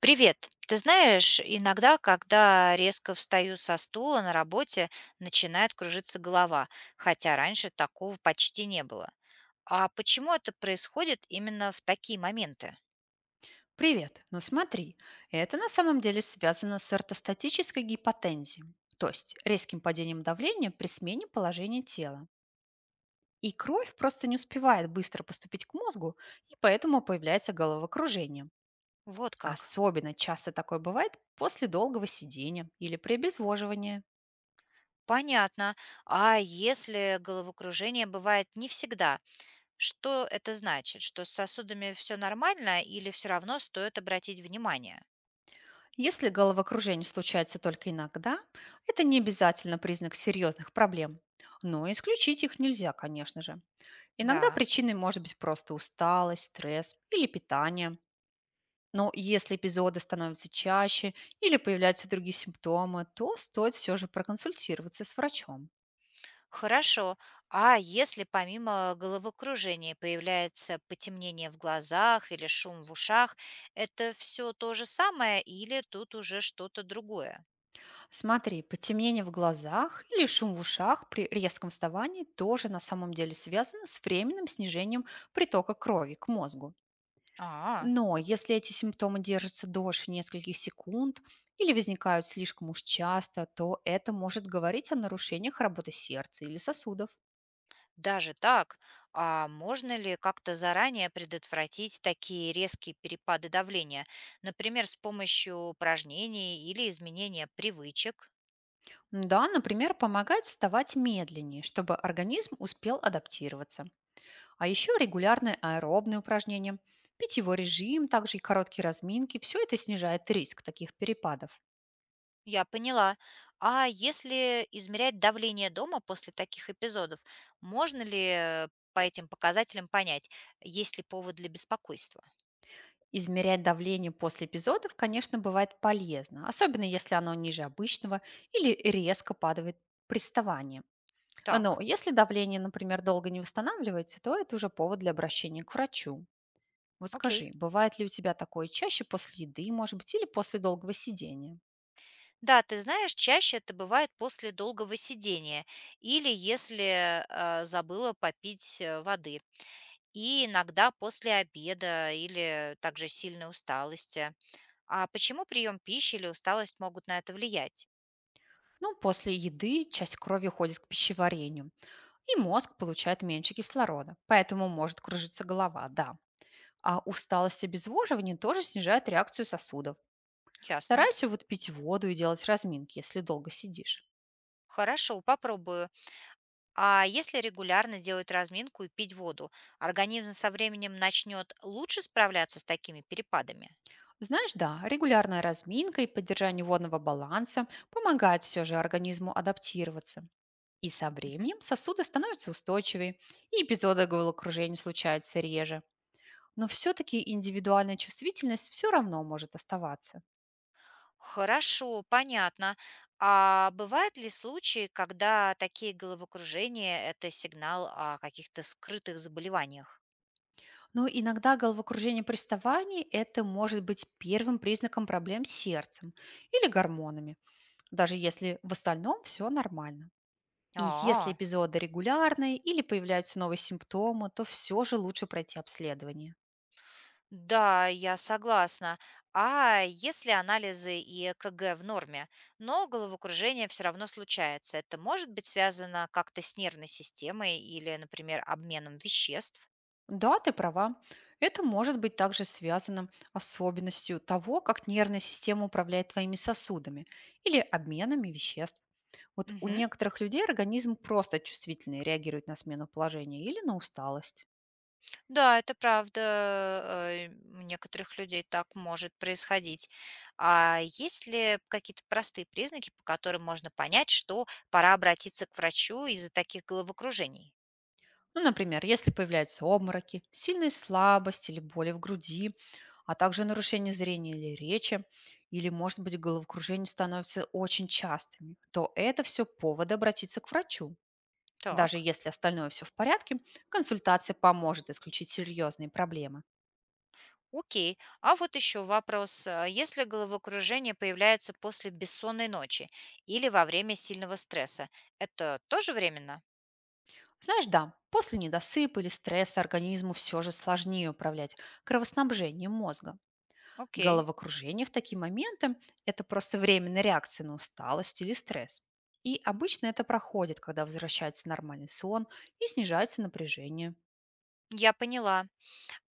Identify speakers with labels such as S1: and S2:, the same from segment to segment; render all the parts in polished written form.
S1: Привет. Ты знаешь, иногда, когда резко встаю со стула на работе, начинает кружиться голова, хотя раньше такого почти не было. А почему это происходит именно в такие моменты?
S2: Привет. Ну смотри, это на самом деле связано с ортостатической гипотензией, то есть резким падением давления при смене положения тела. И кровь просто не успевает быстро поступить к мозгу, и поэтому появляется головокружение.
S1: Вот как.
S2: Особенно часто такое бывает после долгого сидения или при обезвоживании.
S1: Понятно. А если головокружение бывает не всегда, что это значит? Что с сосудами все нормально или все равно стоит обратить внимание?
S2: Если головокружение случается только иногда, это не обязательно признак серьезных проблем. Но исключить их нельзя, конечно же. Иногда
S1: Да.
S2: причиной может быть просто усталость, стресс или питание. Но если эпизоды становятся чаще или появляются другие симптомы, то стоит все же проконсультироваться с врачом.
S1: Хорошо. А если помимо головокружения появляется потемнение в глазах или шум в ушах, это все то же самое или тут уже что-то другое?
S2: Смотри, потемнение в глазах или шум в ушах при резком вставании тоже на самом деле связано с временным снижением притока крови к мозгу.
S1: А,
S2: Но если эти симптомы держатся дольше нескольких секунд или возникают слишком уж часто, то это может говорить о нарушениях работы сердца или сосудов.
S1: даже так. А можно ли как-то заранее предотвратить такие резкие перепады давления, например, с помощью упражнений или изменения привычек?
S2: Да, например, помогает вставать медленнее, чтобы организм успел адаптироваться. А еще регулярные аэробные упражнения, питьевой режим, также и короткие разминки– все это снижает риск таких перепадов.
S1: Я поняла. А если измерять давление дома после таких эпизодов, можно ли по этим показателям понять, есть ли повод для беспокойства?
S2: Измерять давление после эпизодов, конечно, бывает полезно, особенно если оно ниже обычного или резко падает при вставании.
S1: Так,
S2: Но если давление, например, долго не восстанавливается, то это уже повод для обращения к врачу. Вот
S1: окей.
S2: скажи, бывает ли у тебя такое чаще после еды, может быть, или после долгого сидения?
S1: Да, ты знаешь, чаще это бывает после долгого сидения или если забыла попить воды. И иногда после обеда или также сильной усталости. А почему прием пищи или усталость могут на это влиять?
S2: Ну, после еды часть крови уходит к пищеварению, и мозг получает меньше кислорода, поэтому может кружиться голова, да. А усталость и обезвоживание тоже снижают реакцию сосудов.
S1: Ясно.
S2: Старайся вот пить воду и делать разминки, если долго сидишь.
S1: Хорошо, попробую. А если регулярно делать разминку и пить воду, организм со временем начнет лучше справляться с такими перепадами?
S2: Знаешь, да, регулярная разминка и поддержание водного баланса помогает все же организму адаптироваться. И со
S1: Мгм.
S2: временем сосуды становятся устойчивее, и эпизоды головокружения случаются реже. Но все-таки индивидуальная чувствительность все равно может оставаться.
S1: Хорошо, понятно. А бывают ли случаи, когда такие головокружения– это сигнал о каких-то скрытых заболеваниях?
S2: Но иногда головокружение при вставании– это может быть первым признаком проблем с сердцем или гормонами, даже если в остальном все нормально. И если
S1: А,
S2: эпизоды регулярные или появляются новые симптомы, то все же лучше пройти обследование.
S1: да, я согласна. А если анализы и ЭКГ в норме, но головокружение все равно случается, это может быть связано как-то с нервной системой или, например, обменом веществ?
S2: Да, ты права. Это может быть также связано особенностью того, как нервная система управляет твоими сосудами или обменами веществ. Вот у
S1: Мгм.
S2: некоторых людей организм просто чувствительный, реагирует на смену положения или на усталость.
S1: Да, это правда, у некоторых людей так может происходить. А есть ли какие-то простые признаки, по которым можно понять, что пора обратиться к врачу из-за таких головокружений?
S2: Ну, например, если появляются обмороки, сильная слабость или боли в груди, а также нарушение зрения или речи, или, может быть, головокружение становится очень частыми, то это все повод обратиться к врачу. Даже
S1: Так.
S2: если остальное все в порядке, консультация поможет исключить серьезные проблемы.
S1: Окей. А вот еще вопрос. Если головокружение появляется после бессонной ночи или во время сильного стресса, это тоже временно?
S2: Знаешь, да, после недосыпа или стресса организму все же сложнее управлять кровоснабжением мозга.
S1: Окей.
S2: Головокружение в такие моменты– это просто временная реакция на усталость или стресс. И обычно это проходит, когда возвращается нормальный сон и снижается напряжение.
S1: Я поняла.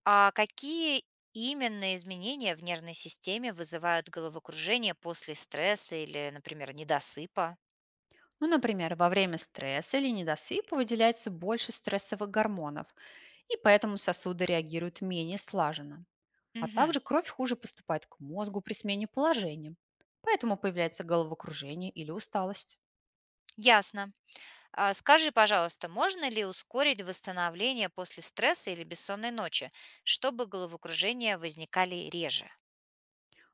S1: А какие именно изменения в нервной системе вызывают головокружение после стресса или, например, недосыпа?
S2: Ну, например, во время стресса или недосыпа выделяется больше стрессовых гормонов, и поэтому сосуды реагируют менее слаженно. А
S1: Мгм.
S2: также кровь хуже поступает к мозгу при смене положения, поэтому появляется головокружение или усталость.
S1: Ясно. А скажи, пожалуйста, можно ли ускорить восстановление после стресса или бессонной ночи, чтобы головокружения возникали реже?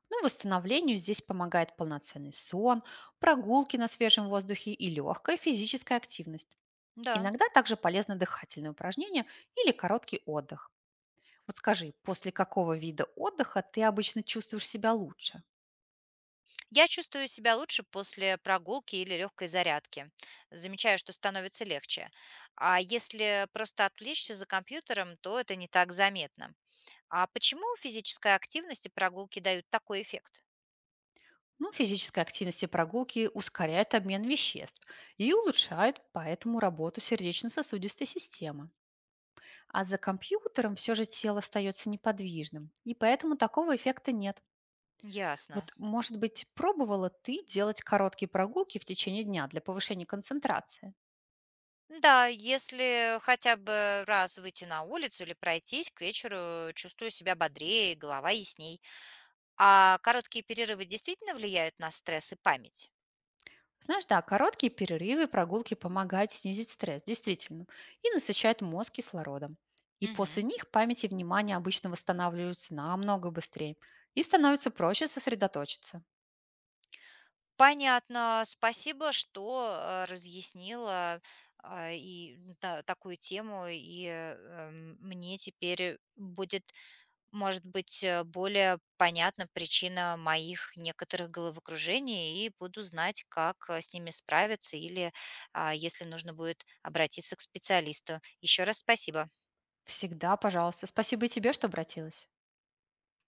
S2: Ну, восстановлению здесь помогает полноценный сон, прогулки на свежем воздухе и легкая физическая активность.
S1: Да.
S2: Иногда также полезны дыхательные упражнения или короткий отдых. Вот скажи, после какого вида отдыха ты обычно чувствуешь себя лучше?
S1: Я чувствую себя лучше после прогулки или легкой зарядки. Замечаю, что становится легче. А если просто отвлечься за компьютером, то это не так заметно. А почему физическая активность и прогулки дают такой эффект?
S2: Ну, физическая активность и прогулки ускоряют обмен веществ и улучшают поэтому работу сердечно-сосудистой системы. А за компьютером все же тело остается неподвижным, и поэтому такого эффекта нет.
S1: Ясно.
S2: Вот, может быть, пробовала ты делать короткие прогулки в течение дня для повышения концентрации?
S1: Да, если хотя бы раз выйти на улицу или пройтись, к вечеру чувствую себя бодрее, голова ясней. А короткие перерывы действительно влияют на стресс и память?
S2: Знаешь, да, короткие перерывы и прогулки помогают снизить стресс, действительно, и насыщают мозг кислородом. И после
S1: Мгм.
S2: них память и внимание обычно восстанавливаются намного быстрее и становится проще сосредоточиться.
S1: Понятно. Спасибо, что разъяснила такую тему, мне теперь будет, может быть, более понятна причина моих некоторых головокружений, и буду знать, как с ними справиться, или если нужно будет обратиться к специалисту. Еще раз спасибо.
S2: Всегда, пожалуйста, спасибо и тебе, что обратилась.